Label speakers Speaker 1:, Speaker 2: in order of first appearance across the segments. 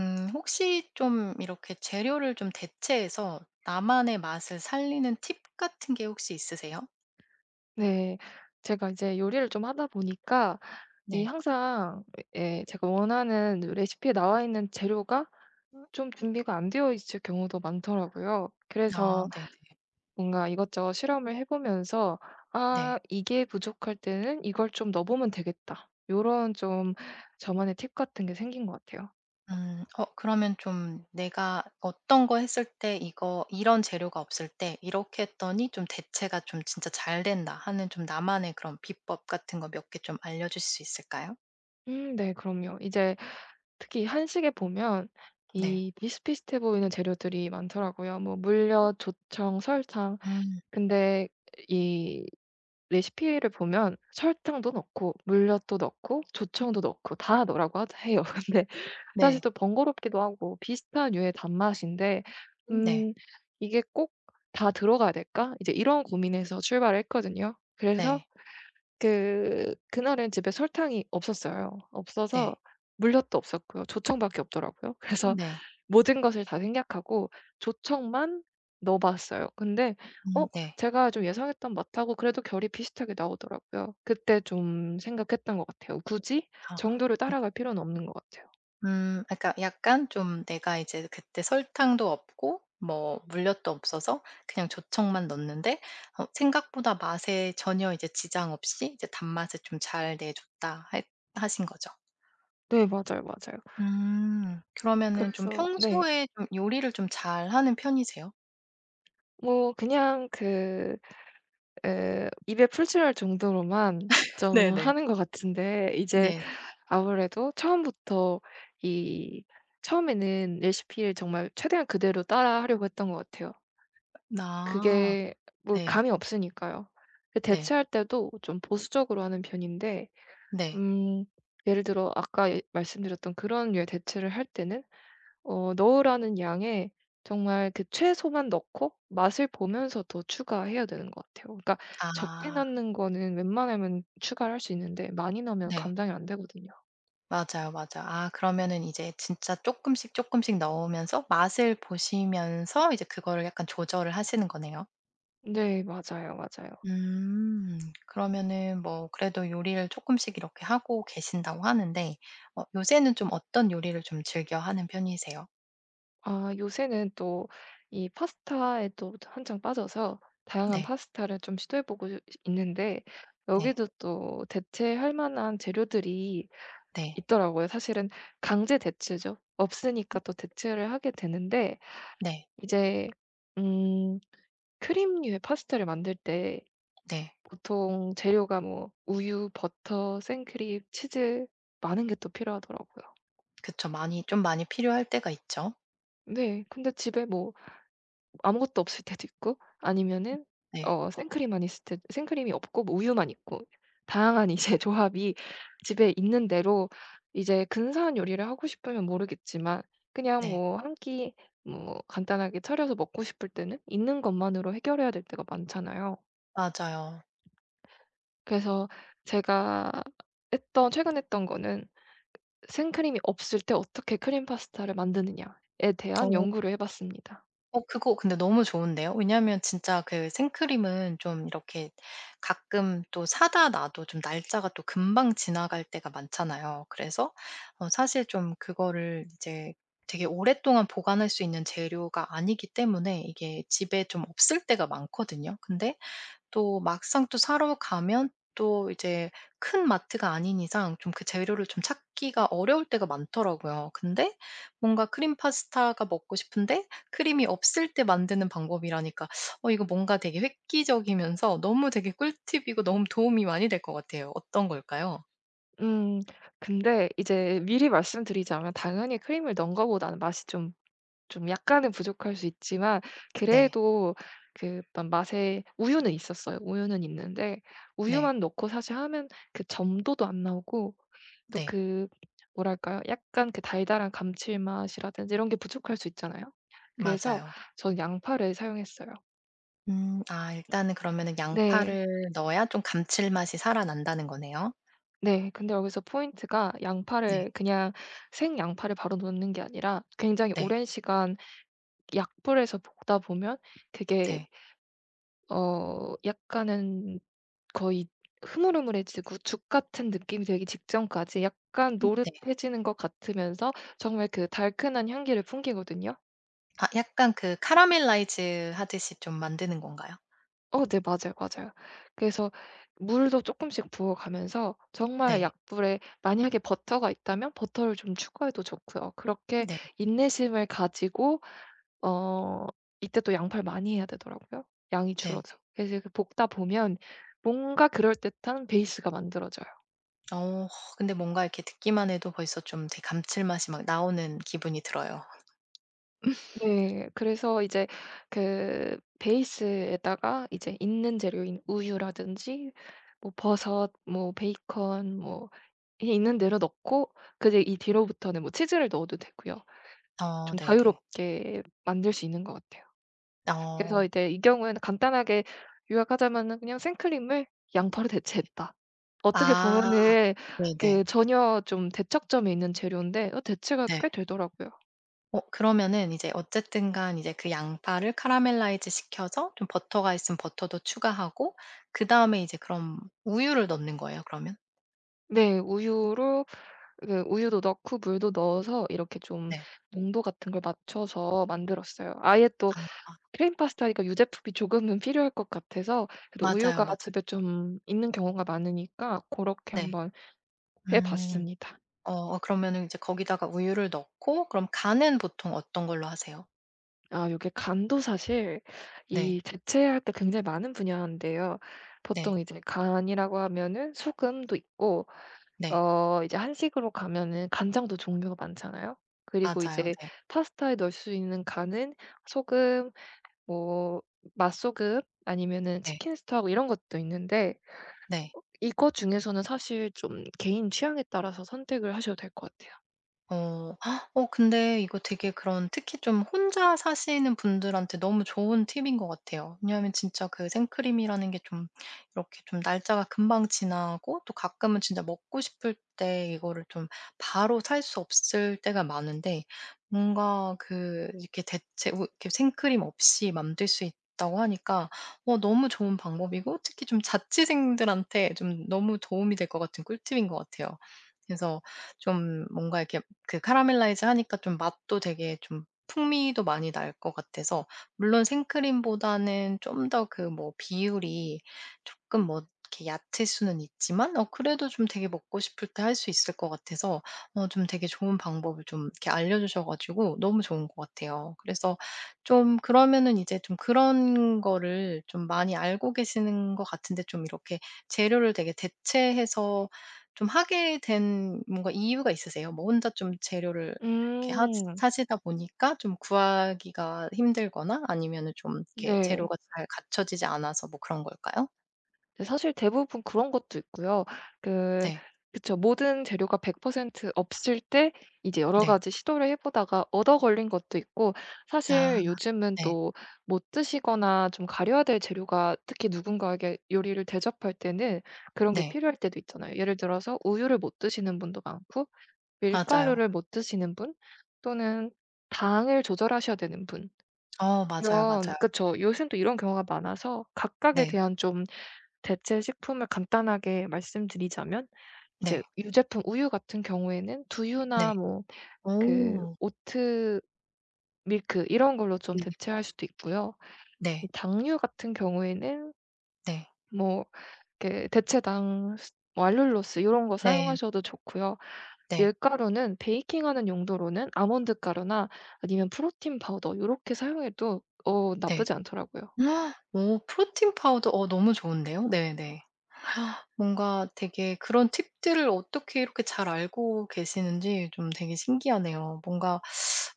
Speaker 1: 혹시 좀 이렇게 재료를 좀 대체해서 나만의 맛을 살리는 팁 같은 게 혹시 있으세요?
Speaker 2: 네. 제가 이제 요리를 좀 하다 보니까 이
Speaker 1: 네.
Speaker 2: 항상, 예 제가 원하는 레시피에 나와 있는 재료가
Speaker 1: 음.
Speaker 2: 좀 준비가 안 되어 있을 경우도 많더라고요.
Speaker 1: 아
Speaker 2: 그래서
Speaker 1: 네네.
Speaker 2: 뭔가 이것저것 실험을 해 보면서 '아
Speaker 1: 네.
Speaker 2: 이게 부족할 때는 이걸 좀 넣어 보면 되겠다.' 요런 좀 저만의 팁 같은 게 생긴 것 같아요.
Speaker 1: 그러면 좀 내가 어떤 거 했을 때 이거 이런 재료가 없을 때 이렇게 했더니 좀 대체가 좀 진짜 잘 된다 하는 좀 나만의 그런 비법 같은 거 몇 개 좀 알려 주실 수 있을까요?
Speaker 2: 네 그럼요. 이제 특히 한식에 보면
Speaker 1: 네.
Speaker 2: 이 비슷비슷해 보이는 재료들이 많더라고요. 뭐 물엿, 조청, 설탕.
Speaker 1: 음
Speaker 2: 근데 이 레시피를 보면 설탕도 넣고 물엿도 넣고 조청도 넣고 다 넣으라고 하 해요. 근데 사실
Speaker 1: 네.
Speaker 2: 또 번거롭기도 하고 비슷한 유의 단맛인데,
Speaker 1: 음. 네.
Speaker 2: 음 '이게 꼭 다 들어가야 될까?' 이제 이런 고민에서 출발을 했거든요. 그래서
Speaker 1: 네.
Speaker 2: 그 그날은 집에 설탕이 없었어요. 없어서
Speaker 1: 네.
Speaker 2: 물엿도 없었고요. 조청밖에 없더라고요.
Speaker 1: 음.
Speaker 2: 그래서
Speaker 1: 네.
Speaker 2: 모든 것을 다 생략하고 조청만 넣어 봤어요. 근데 어
Speaker 1: 네.
Speaker 2: 제가 좀 예상했던 맛하고 그래도 결이 비슷하게 나오더라고요. 그때 좀 생각했던 것 같아요. 굳이
Speaker 1: 아
Speaker 2: 정도를
Speaker 1: 네.
Speaker 2: 따라갈 필요는 없는 것 같아요.
Speaker 1: 그러니까 약간 좀 내가 이제 그때 설탕도 없고 뭐 물엿도 없어서 그냥 조청만 넣었는데 생각보다 맛에 전혀 이제 지장 없이 이제 단맛을 좀 잘 내줬다 하 하신 거죠?
Speaker 2: 네 맞아요, 맞아요.
Speaker 1: 음. 그러면은 좀
Speaker 2: 그래서 네.
Speaker 1: 평소에 좀 요리를 좀 잘하는 편이세요?
Speaker 2: 뭐 그냥 그 에 입에 풀칠할 정도로만 좀
Speaker 1: 네네.
Speaker 2: 하는 것 같은데, 이제
Speaker 1: 네.
Speaker 2: 아무래도 처음부터 이 처음에는 레시피를 정말 최대한 그대로 따라하려고 했던 것 같아요.
Speaker 1: 아
Speaker 2: 그게 뭐
Speaker 1: 네.
Speaker 2: 감이 없으니까요. 그
Speaker 1: 네.
Speaker 2: 대체할 때도 좀 보수적으로 하는 편인데,
Speaker 1: 네.
Speaker 2: 음 예를 들어 아까 예 말씀드렸던 그런 류의 대체를 할 때는 넣으라는 양에 정말 그 최소만 넣고 맛을 보면서 더 추가해야 되는 것 같아요. 그러니까 적게
Speaker 1: 아.
Speaker 2: 넣는 거는 웬만하면 추가를 할 수 있는데, 많이 넣으면
Speaker 1: 네.
Speaker 2: 감당이 안 되거든요.
Speaker 1: 맞아요, 맞아. 아 그러면은 이제 진짜 조금씩 조금씩 넣으면서 맛을 보시면서 이제 그거를 약간 조절을 하시는 거네요.
Speaker 2: 네 맞아요, 맞아요.
Speaker 1: 음. 그러면은 뭐 그래도 요리를 조금씩 이렇게 하고 계신다고 하는데 요새는 좀 어떤 요리를 좀 즐겨 하는 편이세요?
Speaker 2: 아 요새는 또 이 파스타에 또 한창 빠져서 다양한
Speaker 1: 네.
Speaker 2: 파스타를 좀 시도해 보고 있는데,
Speaker 1: 네.
Speaker 2: 여기도 또 대체할 만한 재료들이
Speaker 1: 네.
Speaker 2: 있더라고요. 사실은 강제 대체죠. 없으니까 또 대체를 하게 되는데,
Speaker 1: 네.
Speaker 2: 이제 음 크림류의 파스타를 만들 때
Speaker 1: 네.
Speaker 2: 보통 재료가 뭐 우유, 버터, 생크림, 치즈 많은 게 또 필요하더라고요.
Speaker 1: 그쵸. 많이 좀 많이 필요할 때가 있죠.
Speaker 2: 네. 근데 집에 뭐 아무것도 없을 때도 있고 아니면은
Speaker 1: 네.
Speaker 2: 생크림만 있을 때, 생크림이 없고 뭐 우유만 있고 다양한 이제 조합이 집에 있는 대로 이제 근사한 요리를 하고 싶으면 모르겠지만 그냥
Speaker 1: 네.
Speaker 2: 뭐 한 끼 뭐 간단하게 차려서 먹고 싶을 때는 있는 것만으로 해결해야 될 때가 많잖아요.
Speaker 1: 맞아요.
Speaker 2: 그래서 제가 했던, 최근 했던 거는 생크림이 없을 때 어떻게 크림 파스타를 만드느냐에 대한
Speaker 1: 어.
Speaker 2: 연구를 해 봤습니다.
Speaker 1: 그거 근데 너무 좋은데요. 왜냐하면 진짜 그 생크림은 좀 이렇게 가끔 또 사다 놔도 좀 날짜가 또 금방 지나갈 때가 많잖아요. 그래서 사실 좀 그거를 이제 되게 오랫동안 보관할 수 있는 재료가 아니기 때문에 이게 집에 좀 없을 때가 많거든요. 근데 또 막상 또 사러 가면 또 이제 큰 마트가 아닌 이상 좀 그 재료를 좀 찾기가 어려울 때가 많더라고요. 근데 뭔가 크림 파스타가 먹고 싶은데 크림이 없을 때 만드는 방법이라니까 이거 뭔가 되게 획기적이면서 너무 되게 꿀팁이고 너무 도움이 많이 될 것 같아요. 어떤 걸까요?
Speaker 2: 음. 근데 이제 미리 말씀드리자면 당연히 크림을 넣은 거보다는 맛이 좀 약간은 부족할 수 있지만
Speaker 1: 네.
Speaker 2: 그래도 그 약간 맛에, 우유는 있었어요. 우유는 있는데
Speaker 1: 네.
Speaker 2: 우유만 넣고 사실 하면 그 점도도 안 나오고 또
Speaker 1: 네.
Speaker 2: 그 뭐랄까요? 약간 그 달달한 감칠맛이라든지 이런 게 부족할 수 있잖아요. 그래서
Speaker 1: 맞아요.
Speaker 2: 저는 양파를 사용했어요.
Speaker 1: 음. 아 일단은 그러면은
Speaker 2: 네.
Speaker 1: 양파를 넣어야 좀 감칠맛이 살아난다는 거네요.
Speaker 2: 네. 근데 여기서 포인트가
Speaker 1: 네.
Speaker 2: 양파를 그냥 생양파를 바로 넣는 게 아니라 굉장히
Speaker 1: 네.
Speaker 2: 오랜 시간 약불에서 볶다 보면
Speaker 1: 네.
Speaker 2: 그게 약간은 거의 흐물흐물해지고 죽 같은 느낌이 되기 직전까지 약간
Speaker 1: 네.
Speaker 2: 노릇해지는 것 같으면서 정말 그 달큰한 향기를 풍기거든요.
Speaker 1: 아 약간 그 카라멜라이즈 하듯이 좀 만드는 건가요?
Speaker 2: 어 네 맞아요, 맞아요. 그래서 물도 조금씩 부어가면서 정말
Speaker 1: 네.
Speaker 2: 약불에, 만약에 버터가 있다면 버터를 좀 추가해도 좋고요. 그렇게
Speaker 1: 네.
Speaker 2: 인내심을 가지고, 어 이때 또 양파를 많이 해야 되더라고요, 양이
Speaker 1: 네네.
Speaker 2: 줄어서. 그래서 그 볶다 보면 뭔가 그럴듯한 베이스가 만들어져요.
Speaker 1: 어 근데 뭔가 이렇게 듣기만 해도 벌써 좀 되게 감칠맛이 막 나오는 기분이 들어요.
Speaker 2: 네. 그래서 이제 그 베이스에다가 이제 있는 재료인 우유라든지 뭐 버섯, 뭐 베이컨, 뭐 그냥 있는 대로 넣고 그 이제 이 뒤로부터는 뭐 치즈를 넣어도 되고요.
Speaker 1: 어
Speaker 2: 좀
Speaker 1: 네네.
Speaker 2: 자유롭게 만들 수 있는 것 같아요. 그래서
Speaker 1: 어
Speaker 2: 이제 이 경우에는 간단하게 요약하자면은 그냥 생크림을 양파로
Speaker 1: 네.
Speaker 2: 대체했다. 어떻게
Speaker 1: 아
Speaker 2: 보면은
Speaker 1: 네네. 네.
Speaker 2: 그 전혀 좀 대척점에 있는 재료인데 어 대체가
Speaker 1: 네.
Speaker 2: 꽤 되더라고요.
Speaker 1: 그러면은 이제 어쨌든 간 이제 그 양파를 카라멜라이즈 시켜서 좀 버터가 있으면 버터도 추가하고 그다음에 이제 그럼 우유를 넣는 거예요, 그러면?
Speaker 2: 네. 우유로 그 우유도 넣고 물도 넣어서 이렇게 좀
Speaker 1: 네.
Speaker 2: 농도 같은 걸 맞춰서 만들었어요. 아예 또
Speaker 1: 아
Speaker 2: 크림 파스타니까 유제품이 조금은 필요할 것 같아서, 그래도
Speaker 1: 맞아요,
Speaker 2: 우유가
Speaker 1: 맞아요.
Speaker 2: 집에 좀 있는 경우가 많으니까 고렇게
Speaker 1: 네.
Speaker 2: 한번 해
Speaker 1: 음.
Speaker 2: 봤습니다.
Speaker 1: 그러면은 이제 거기다가 우유를 넣고 그럼 간은 보통 어떤 걸로 하세요?
Speaker 2: 아 요게 간도 사실
Speaker 1: 네.
Speaker 2: 이 대체할 때 굉장히 많은 분야인데요.
Speaker 1: 네.
Speaker 2: 보통 이제 간이라고 하면은 소금도 있고
Speaker 1: 네.
Speaker 2: 이제 한식으로 가면은 간장도 종류가 많잖아요. 그리고
Speaker 1: 맞아요.
Speaker 2: 이제
Speaker 1: 네.
Speaker 2: 파스타에 넣을 수 있는 간은 소금, 뭐 맛소금, 아니면은
Speaker 1: 네.
Speaker 2: 치킨 스톡 이런 것도 있는데
Speaker 1: 네.
Speaker 2: 이거 중에서는 사실 좀 개인 취향에 따라서 선택을 하셔도 될 것 같아요.
Speaker 1: 어. 아, 근데 이거 되게 그런 특히 좀 혼자 사시는 분들한테 너무 좋은 팁인 것 같아요. 왜냐하면 진짜 그 생크림이라는 게 좀 이렇게 좀 날짜가 금방 지나고 또 가끔은 진짜 먹고 싶을 때 이거를 좀 바로 살 수 없을 때가 많은데 뭔가 그 이렇게 대체 우 이렇게 생크림 없이 만들 수 있다고 하니까 너무 좋은 방법이고 특히 좀 자취생들한테 좀 너무 도움이 될 것 같은 꿀팁인 것 같아요. 그래서 좀 뭔가 이렇게 그 카라멜라이즈 하니까 좀 맛도 되게 좀 풍미도 많이 날 것 같아서 물론 생크림보다는 좀 더 그 뭐 비율이 조금 뭐 이렇게 얕을 수는 있지만 그래도 좀 되게 먹고 싶을 때 할 수 있을 것 같아서 좀 되게 좋은 방법을 좀 이렇게 알려주셔 가지고 너무 좋은 것 같아요. 그래서 좀 그러면은 이제 좀 그런 거를 좀 많이 알고 계시는 것 같은데 좀 이렇게 재료를 되게 대체해서 좀 하게 된 뭔가 이유가 있으세요? 뭐 혼자 좀 재료를 이렇게 하
Speaker 2: 음.
Speaker 1: 사시다 보니까 좀 구하기가 힘들거나 아니면은 좀 이렇게
Speaker 2: 네.
Speaker 1: 재료가 잘 갖춰지지 않아서 뭐 그런 걸까요?
Speaker 2: 네 사실 대부분 그런 것도 있고요. 그
Speaker 1: 네.
Speaker 2: 그쵸. 모든 재료가 100% 없을 때 이제 여러
Speaker 1: 네.
Speaker 2: 가지 시도를 해 보다가 얻어 걸린 것도 있고,
Speaker 1: 아
Speaker 2: 사실 요즘은
Speaker 1: 네.
Speaker 2: 또 못 드시거나 좀 가려야 될 재료가, 특히 누군가에게 요리를 대접할 때는 그런 게
Speaker 1: 네.
Speaker 2: 필요할 때도 있잖아요. 예를 들어서 우유를 못 드시는 분도 많고
Speaker 1: 맞아요.
Speaker 2: 밀가루를 못 드시는 분 또는 당을 조절하셔야 되는 분,
Speaker 1: 어 맞아요,
Speaker 2: 이런,
Speaker 1: 맞아요.
Speaker 2: 그쵸. 요즘 또 이런 경우가 많아서 각각에
Speaker 1: 네.
Speaker 2: 대한 좀 대체 식품을 간단하게 말씀드리자면
Speaker 1: 네.
Speaker 2: 이제 유제품 우유 같은 경우에는
Speaker 1: 네.
Speaker 2: 두유나 뭐 그
Speaker 1: 오.
Speaker 2: 오트 밀크 이런 걸로 좀
Speaker 1: 네.
Speaker 2: 대체할 수도 있고요. 이
Speaker 1: 네.
Speaker 2: 당류 같은 경우에는
Speaker 1: 네.
Speaker 2: 뭐 이렇게 대체당 스 뭐 알룰로스 이런 거
Speaker 1: 네.
Speaker 2: 사용하셔도 좋고요.
Speaker 1: 네.
Speaker 2: 밀가루는 베이킹하는 용도로는 아몬드 가루나 아니면 프로틴 파우더 이렇게 사용해도 어
Speaker 1: 네.
Speaker 2: 나쁘지 않더라고요.
Speaker 1: 헉, 오 프로틴 파우더 너무 좋은데요. 네네. 뭔가 되게 그런 팁들을 어떻게 이렇게 잘 알고 계시는지 좀 되게 신기하네요. 뭔가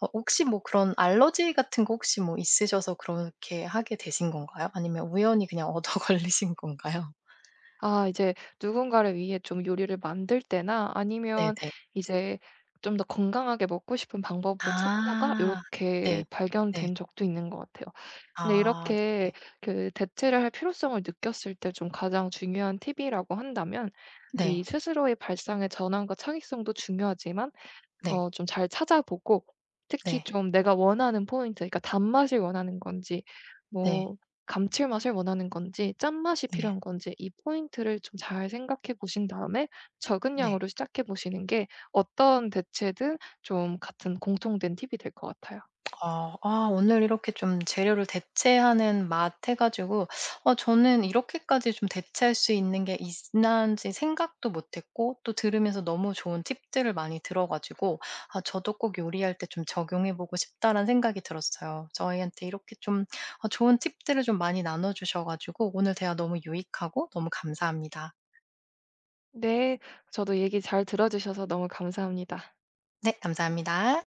Speaker 1: 혹시 뭐 그런 알러지 같은 거 혹시 뭐 있으셔서 그렇게 하게 되신 건가요? 아니면 우연히 그냥 얻어 걸리신 건가요?
Speaker 2: 아 이제 누군가를 위해 좀 요리를 만들 때나 아니면
Speaker 1: 네네.
Speaker 2: 이제 좀 더 건강하게 먹고 싶은 방법을 찾다가 이렇
Speaker 1: 아. 네.
Speaker 2: 게
Speaker 1: 네.
Speaker 2: 발견된 적도 있는 것 같아요. 근데
Speaker 1: 아
Speaker 2: 이렇게
Speaker 1: 네네.
Speaker 2: 그 대체를 할 필요성을 느꼈을 때 좀 가장 중요한 팁이라고 한다면
Speaker 1: 네.
Speaker 2: 이 스스로의 발상의 전환과 창의성도 중요하지만
Speaker 1: 네.
Speaker 2: 어 좀 잘 찾아보고 특히
Speaker 1: 네.
Speaker 2: 좀 내가 원하는 포인트, 그러니까 단맛을 원하는 건지
Speaker 1: 네.
Speaker 2: 뭐 감칠맛을 원하는 건지 짠맛이
Speaker 1: 네.
Speaker 2: 필요한 건지 이 포인트를 좀 잘 생각해 보신 다음에 적은
Speaker 1: 네.
Speaker 2: 양으로 시작해 보시는 게 어떤 대체든 좀 같은 공통된 팁이 될 것 같아요.
Speaker 1: 아. 아 오늘 이렇게 좀 재료를 대체하는 맛 해 가지고 저는 이렇게까지 좀 대체할 수 있는 게 있는지 생각도 못 했고 또 들으면서 너무 좋은 팁들을 많이 들어 가지고 '아 저도 꼭 요리할 때 좀 적용해 보고 싶다.'라는 생각이 들었어요. 저희한테 이렇게 좀 좋은 팁들을 좀 많이 나눠 주셔 가지고 오늘 대화 너무 유익하고 너무 감사합니다.
Speaker 2: 네. 저도 얘기 잘 들어 주셔서 너무 감사합니다.
Speaker 1: 네 감사합니다.